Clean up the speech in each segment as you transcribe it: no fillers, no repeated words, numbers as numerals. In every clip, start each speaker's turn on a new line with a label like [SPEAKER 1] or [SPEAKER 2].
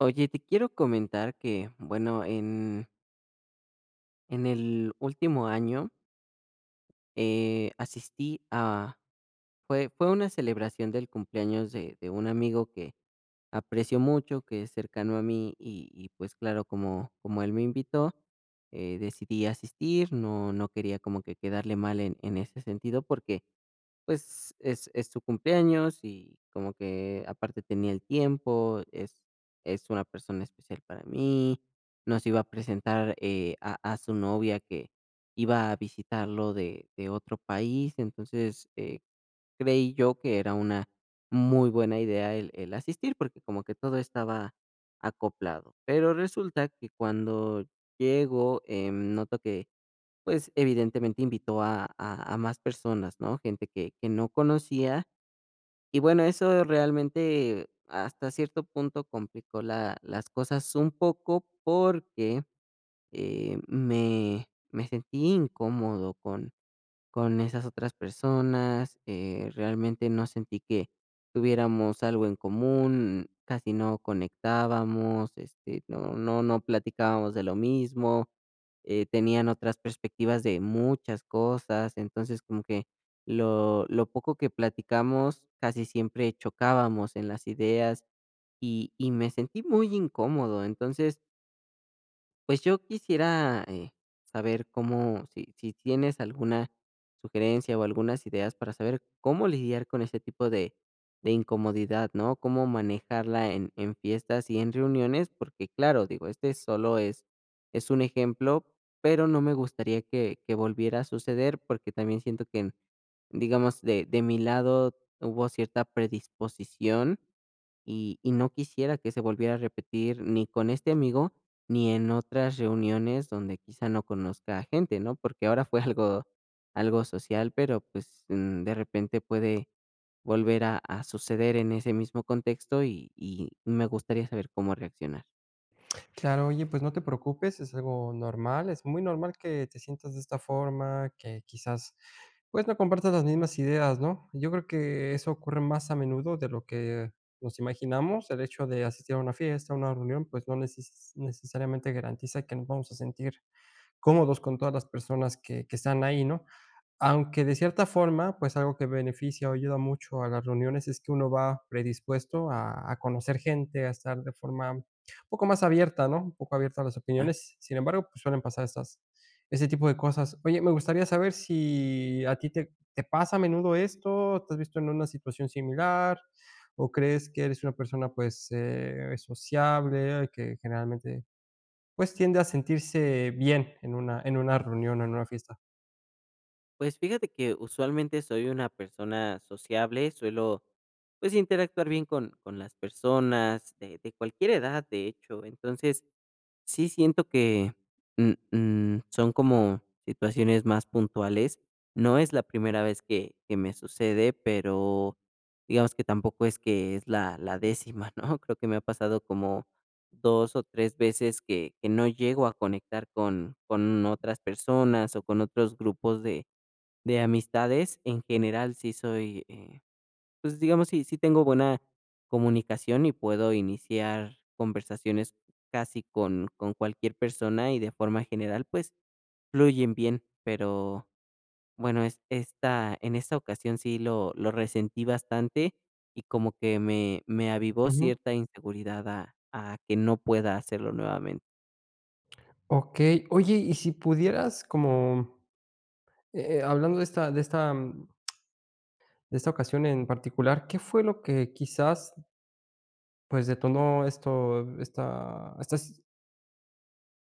[SPEAKER 1] Oye, te quiero comentar que, bueno, en el último año, asistí a, fue una celebración del cumpleaños de un amigo que aprecio mucho, que es cercano a mí, y pues claro, como él me invitó, decidí asistir. No quería como que quedarle mal en ese sentido, porque pues, es su cumpleaños y como que aparte tenía el tiempo, es una persona especial para mí. Nos iba a presentar, a su novia que iba a visitarlo de otro país. Entonces, creí yo que era una muy buena idea el asistir, porque como que todo estaba acoplado. Pero resulta que cuando llego, noto que, pues, evidentemente invitó a más personas, ¿no? Gente que no conocía. Y bueno, eso realmente hasta cierto punto complicó la las cosas un poco, porque me sentí incómodo con esas otras personas. Realmente no sentí que tuviéramos algo en común, casi no conectábamos, este, no platicábamos de lo mismo. Tenían otras perspectivas de muchas cosas. Entonces, como que lo poco que platicamos casi siempre chocábamos en las ideas, y me sentí muy incómodo. Entonces, pues yo quisiera, saber cómo, si tienes alguna sugerencia o algunas ideas para saber cómo lidiar con este tipo de incomodidad, ¿no? Cómo manejarla en fiestas y en reuniones. Porque claro, digo, este solo es un ejemplo, pero no me gustaría que volviera a suceder. Porque también siento que en, digamos, de mi lado hubo cierta predisposición, y no quisiera que se volviera a repetir, ni con este amigo ni en otras reuniones donde quizá no conozca a gente, ¿no? Porque ahora fue algo, algo social, pero pues, de repente puede volver a suceder en ese mismo contexto, y me gustaría saber cómo reaccionar.
[SPEAKER 2] Claro, oye, pues no te preocupes, es algo normal, es muy normal que te sientas de esta forma, que quizás pues no compartas las mismas ideas, ¿no? Yo creo que eso ocurre más a menudo de lo que nos imaginamos, el hecho de asistir a una fiesta, a una reunión, pues no neces- necesariamente garantiza que nos vamos a sentir cómodos con todas las personas que están ahí, ¿no? Aunque de cierta forma, pues, algo que beneficia o ayuda mucho a las reuniones es que uno va predispuesto a conocer gente, a estar de forma un poco más abierta, ¿no? Un poco abierta a las
[SPEAKER 1] Ah.
[SPEAKER 2] opiniones. Sin embargo, pues, suelen pasar estas ese tipo de cosas. Oye, me gustaría saber si a ti te pasa a menudo esto, ¿te has visto en una situación similar o crees que eres una persona, pues, sociable, que generalmente pues tiende a sentirse bien en una reunión o en una fiesta.
[SPEAKER 1] Pues fíjate que usualmente soy una persona sociable, suelo pues interactuar bien con las personas de cualquier edad, de hecho. Entonces, sí, siento que, mm, son como situaciones más puntuales. No es la primera vez que me sucede, pero digamos que tampoco es que es la décima, ¿no? Creo que me ha pasado como 2 o 3 veces que no llego a conectar con otras personas o con otros grupos de amistades. En general, sí soy, pues, digamos, sí tengo buena comunicación y puedo iniciar conversaciones casi con cualquier persona, y de forma general, pues, fluyen bien. Pero bueno, es esta en esta ocasión sí lo resentí bastante, y como que me avivó
[SPEAKER 2] Ujú.
[SPEAKER 1] cierta inseguridad a que no pueda hacerlo nuevamente.
[SPEAKER 2] Okey. Oye, y si pudieras como, hablando de esta de esta ocasión en particular, ¿qué fue lo que quizás, pues, detonó esto esta estas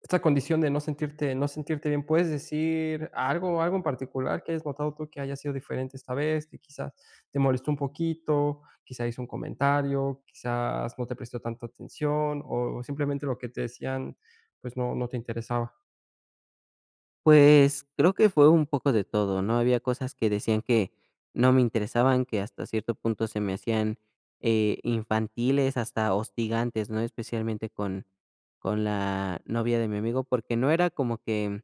[SPEAKER 2] Esta condición de no sentirte bien, ¿puedes decir algo en particular que hayas notado tú que haya sido diferente esta vez, que quizás te molestó un poquito, quizás hizo un comentario, quizás no te prestó tanta atención, o simplemente lo que te decían, pues, no te interesaba?
[SPEAKER 1] Pues, creo que fue un poco de todo, ¿no? Había cosas que decían que no me interesaban, que hasta cierto punto se me hacían, infantiles, hasta hostigantes, ¿no? Especialmente con la novia de mi amigo, porque no era como que,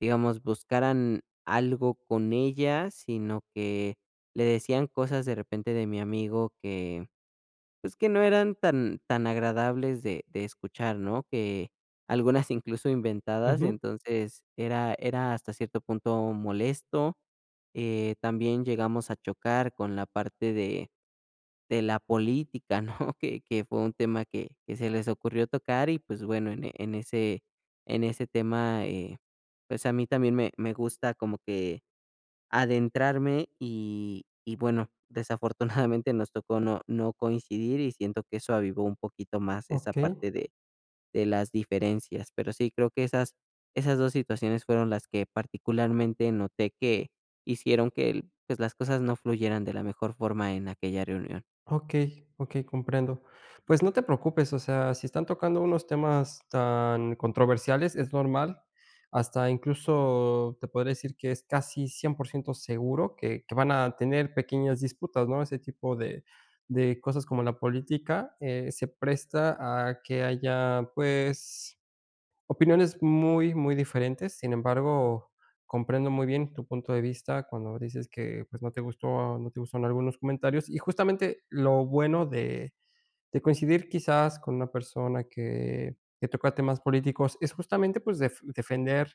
[SPEAKER 1] digamos, buscaran algo con ella, sino que le decían cosas de repente de mi amigo que, pues, que no eran tan tan agradables de escuchar, ¿no? Que algunas incluso inventadas,
[SPEAKER 2] Ujú,
[SPEAKER 1] entonces era hasta cierto punto molesto. También llegamos a chocar con la parte de la política, ¿no? Que fue un tema que se les ocurrió tocar y, pues, bueno, en ese tema, pues, a mí también me gusta como que adentrarme, y bueno, desafortunadamente nos tocó no coincidir, y siento que eso avivó un poquito más esa
[SPEAKER 2] okey.
[SPEAKER 1] parte de las diferencias. Pero sí, creo que esas 2 situaciones fueron las que particularmente noté que hicieron que, pues, las cosas no fluyeran de la mejor forma en aquella reunión.
[SPEAKER 2] Ok, ok, comprendo. Pues no te preocupes, o sea, si están tocando unos temas tan controversiales, es normal, hasta incluso te podría decir que es casi 100% seguro que van a tener pequeñas disputas, ¿no? Ese tipo de cosas como la política, se presta a que haya, pues, opiniones muy, muy diferentes. Sin embargo, comprendo muy bien tu punto de vista cuando dices que, pues, no te gustaron algunos comentarios. Y justamente lo bueno de coincidir quizás con una persona que toca temas políticos es justamente, pues, defender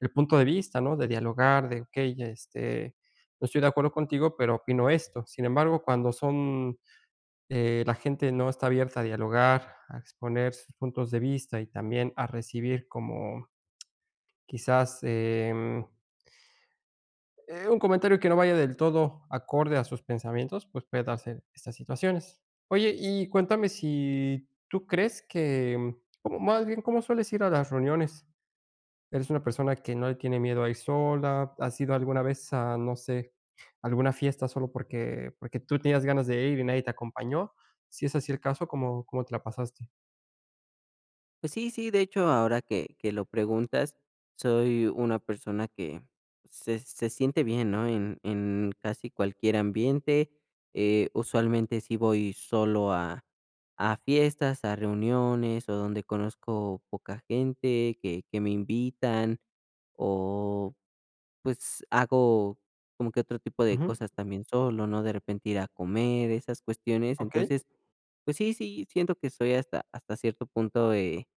[SPEAKER 2] el punto de vista, ¿no? De dialogar, de: "Okey, este, no estoy de acuerdo contigo, pero opino esto". Sin embargo, cuando son la gente no está abierta a dialogar, a exponer sus puntos de vista y también a recibir como quizás, un comentario que no vaya del todo acorde a sus pensamientos, pues puede darse estas situaciones. Oye, y cuéntame si tú crees que, ¿cómo más bien cómo sueles ir a las reuniones? ¿Eres una persona que no le tiene miedo a ir sola? ¿Has ido alguna vez a, no sé, alguna fiesta solo porque porque tú tenías ganas de ir y nadie te acompañó? Si es así el caso, ¿cómo te la pasaste?
[SPEAKER 1] Pues sí, sí, de hecho, ahora que lo preguntas, soy una persona que se siente bien, ¿no? En casi cualquier ambiente, usualmente sí voy solo a fiestas, a reuniones, o donde conozco poca gente, que me invitan, o, pues, hago como que otro tipo de
[SPEAKER 2] Ujú,
[SPEAKER 1] cosas también solo, ¿no? De repente ir a comer, esas cuestiones.
[SPEAKER 2] okey,
[SPEAKER 1] Entonces, pues sí, sí, siento que soy hasta hasta cierto punto,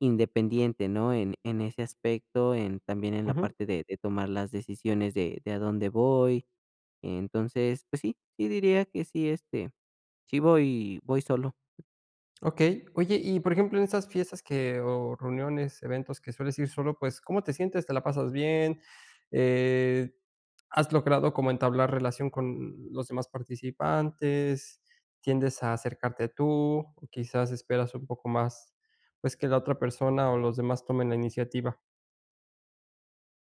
[SPEAKER 1] independiente, ¿no? En ese aspecto, en también en la
[SPEAKER 2] ujú,
[SPEAKER 1] parte de tomar las decisiones de a dónde voy. Entonces, pues sí, sí diría que sí, este, sí voy solo.
[SPEAKER 2] okey. Oye, y por ejemplo, en esas fiestas que o reuniones, eventos que sueles ir solo, pues, ¿cómo te sientes? ¿Te la pasas bien? Eh, ¿Has logrado como entablar relación con los demás participantes? ¿Tiendes a acercarte tú o quizás esperas un poco más, pues, que la otra persona o los demás tomen la iniciativa?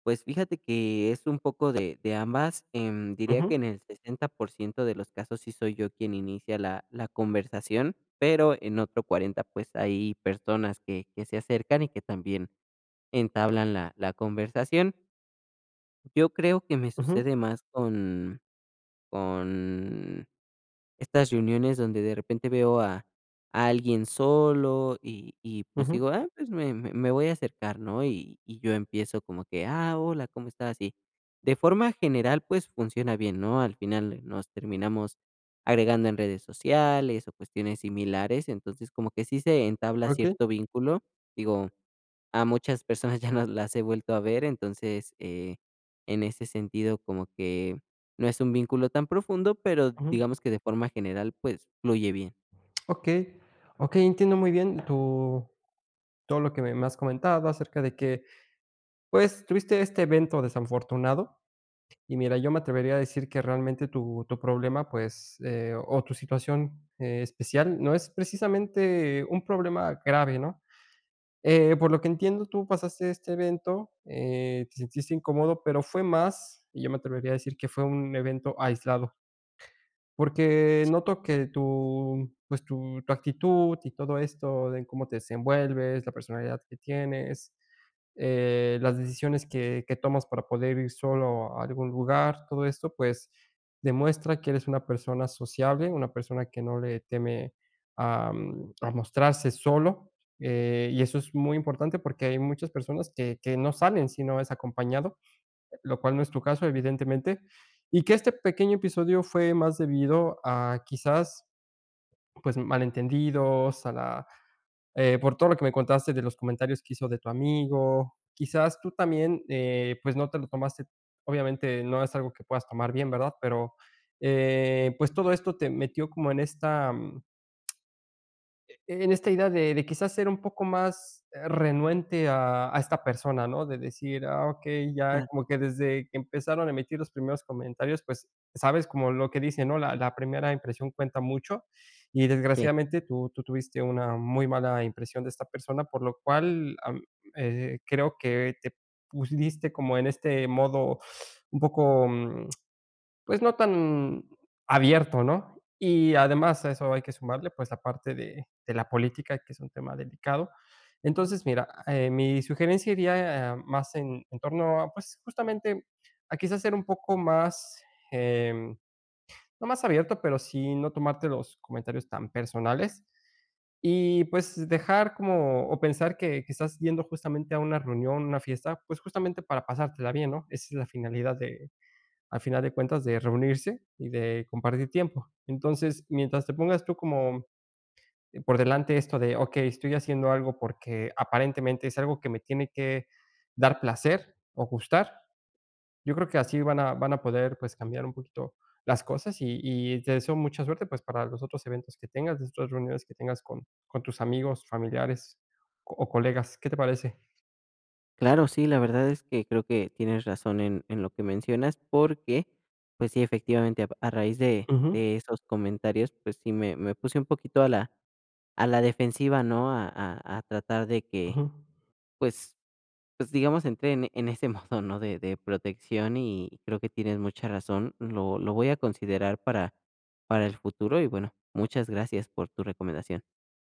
[SPEAKER 1] Pues fíjate que es un poco de ambas, diría que
[SPEAKER 2] Ujú,
[SPEAKER 1] en el 60% de los casos sí soy yo quien inicia la conversación, pero en otro 40, pues, hay personas que se acercan y que también entablan la conversación. Yo creo que me
[SPEAKER 2] ujú,
[SPEAKER 1] sucede más con estas reuniones donde de repente veo a alguien solo y, pues,
[SPEAKER 2] ujú,
[SPEAKER 1] digo: "Ah, pues, me voy a acercar", ¿no? Y yo empiezo como que: "Ah, hola, ¿cómo estás?". Y de forma general, pues, funciona bien, ¿no? Al final nos terminamos agregando en redes sociales o cuestiones similares, entonces como que sí se entabla
[SPEAKER 2] okey,
[SPEAKER 1] cierto vínculo, digo, a muchas personas ya no las he vuelto a ver. Entonces, en ese sentido, como que no es un vínculo tan profundo, pero
[SPEAKER 2] ujú,
[SPEAKER 1] digamos que de forma general, pues, fluye bien.
[SPEAKER 2] okey, okey, entiendo muy bien tu todo lo que me has comentado acerca de que pues tuviste este evento desafortunado. Y mira, yo me atrevería a decir que realmente tu problema, pues, o tu situación, especial, no es precisamente un problema grave, ¿no? Por lo que entiendo, tú pasaste este evento, te sentiste incómodo, pero fue más, y yo me atrevería a decir que fue un evento aislado. Porque noto que tu, pues, tu actitud y todo esto de cómo te desenvuelves, la personalidad que tienes, las decisiones que tomas para poder ir solo a algún lugar, todo esto, pues, demuestra que eres una persona sociable, una persona que no le teme a, a mostrarse solo, y eso es muy importante porque hay muchas personas que no salen si no es acompañado, lo cual no es tu caso, evidentemente, y que este pequeño episodio fue más debido a quizás pues malentendidos, a la, por todo lo que me contaste de los comentarios que hizo de tu amigo, quizás tú también pues no te lo tomaste, obviamente no es algo que puedas tomar bien, ¿verdad? Pero pues todo esto te metió como en esta, en esta idea de quizás ser un poco más renuente a esta persona, ¿no? De decir, ah, ok, ya
[SPEAKER 1] Ah,
[SPEAKER 2] como que desde que empezaron a emitir los primeros comentarios, pues sabes como lo que dicen, ¿no? La primera impresión cuenta mucho y
[SPEAKER 1] sí.
[SPEAKER 2] desgraciadamente tú, tú tuviste una muy mala impresión de esta persona, por lo cual creo que te pusiste como en este modo un poco pues, no tan abierto, ¿no? Y además a eso hay que sumarle, pues, la parte de la política, que es un tema delicado. Entonces, mira, mi sugerencia iría, más en torno a, pues, justamente a quizás ser un poco más, em, no más abierto, pero sí no tomarte los comentarios tan personales y, pues, dejar como o pensar que estás yendo justamente a una reunión, una fiesta, pues, justamente para pasártela bien, ¿no? Esa es la finalidad de al final de cuentas, de reunirse y de compartir tiempo. Entonces, mientras te pongas tú como por delante esto de, okey, estoy haciendo algo porque aparentemente es algo que me tiene que dar placer o gustar, yo creo que así van a poder, pues, cambiar un poquito las cosas. Y y te deseo mucha suerte, pues, para los otros eventos que tengas, las otras reuniones que tengas con tus amigos, familiares o colegas, ¿qué te parece?
[SPEAKER 1] Claro, sí, la verdad es que creo que tienes razón en lo que mencionas, porque, pues sí, efectivamente, a raíz de
[SPEAKER 2] Ujú,
[SPEAKER 1] de esos comentarios, pues sí me puse un poquito a la defensiva, ¿no? A tratar de que,
[SPEAKER 2] ujú.
[SPEAKER 1] pues digamos, entré en ese modo, ¿no?, de protección, y creo que tienes mucha razón. Lo voy a considerar para el futuro y, bueno, muchas gracias por tu recomendación.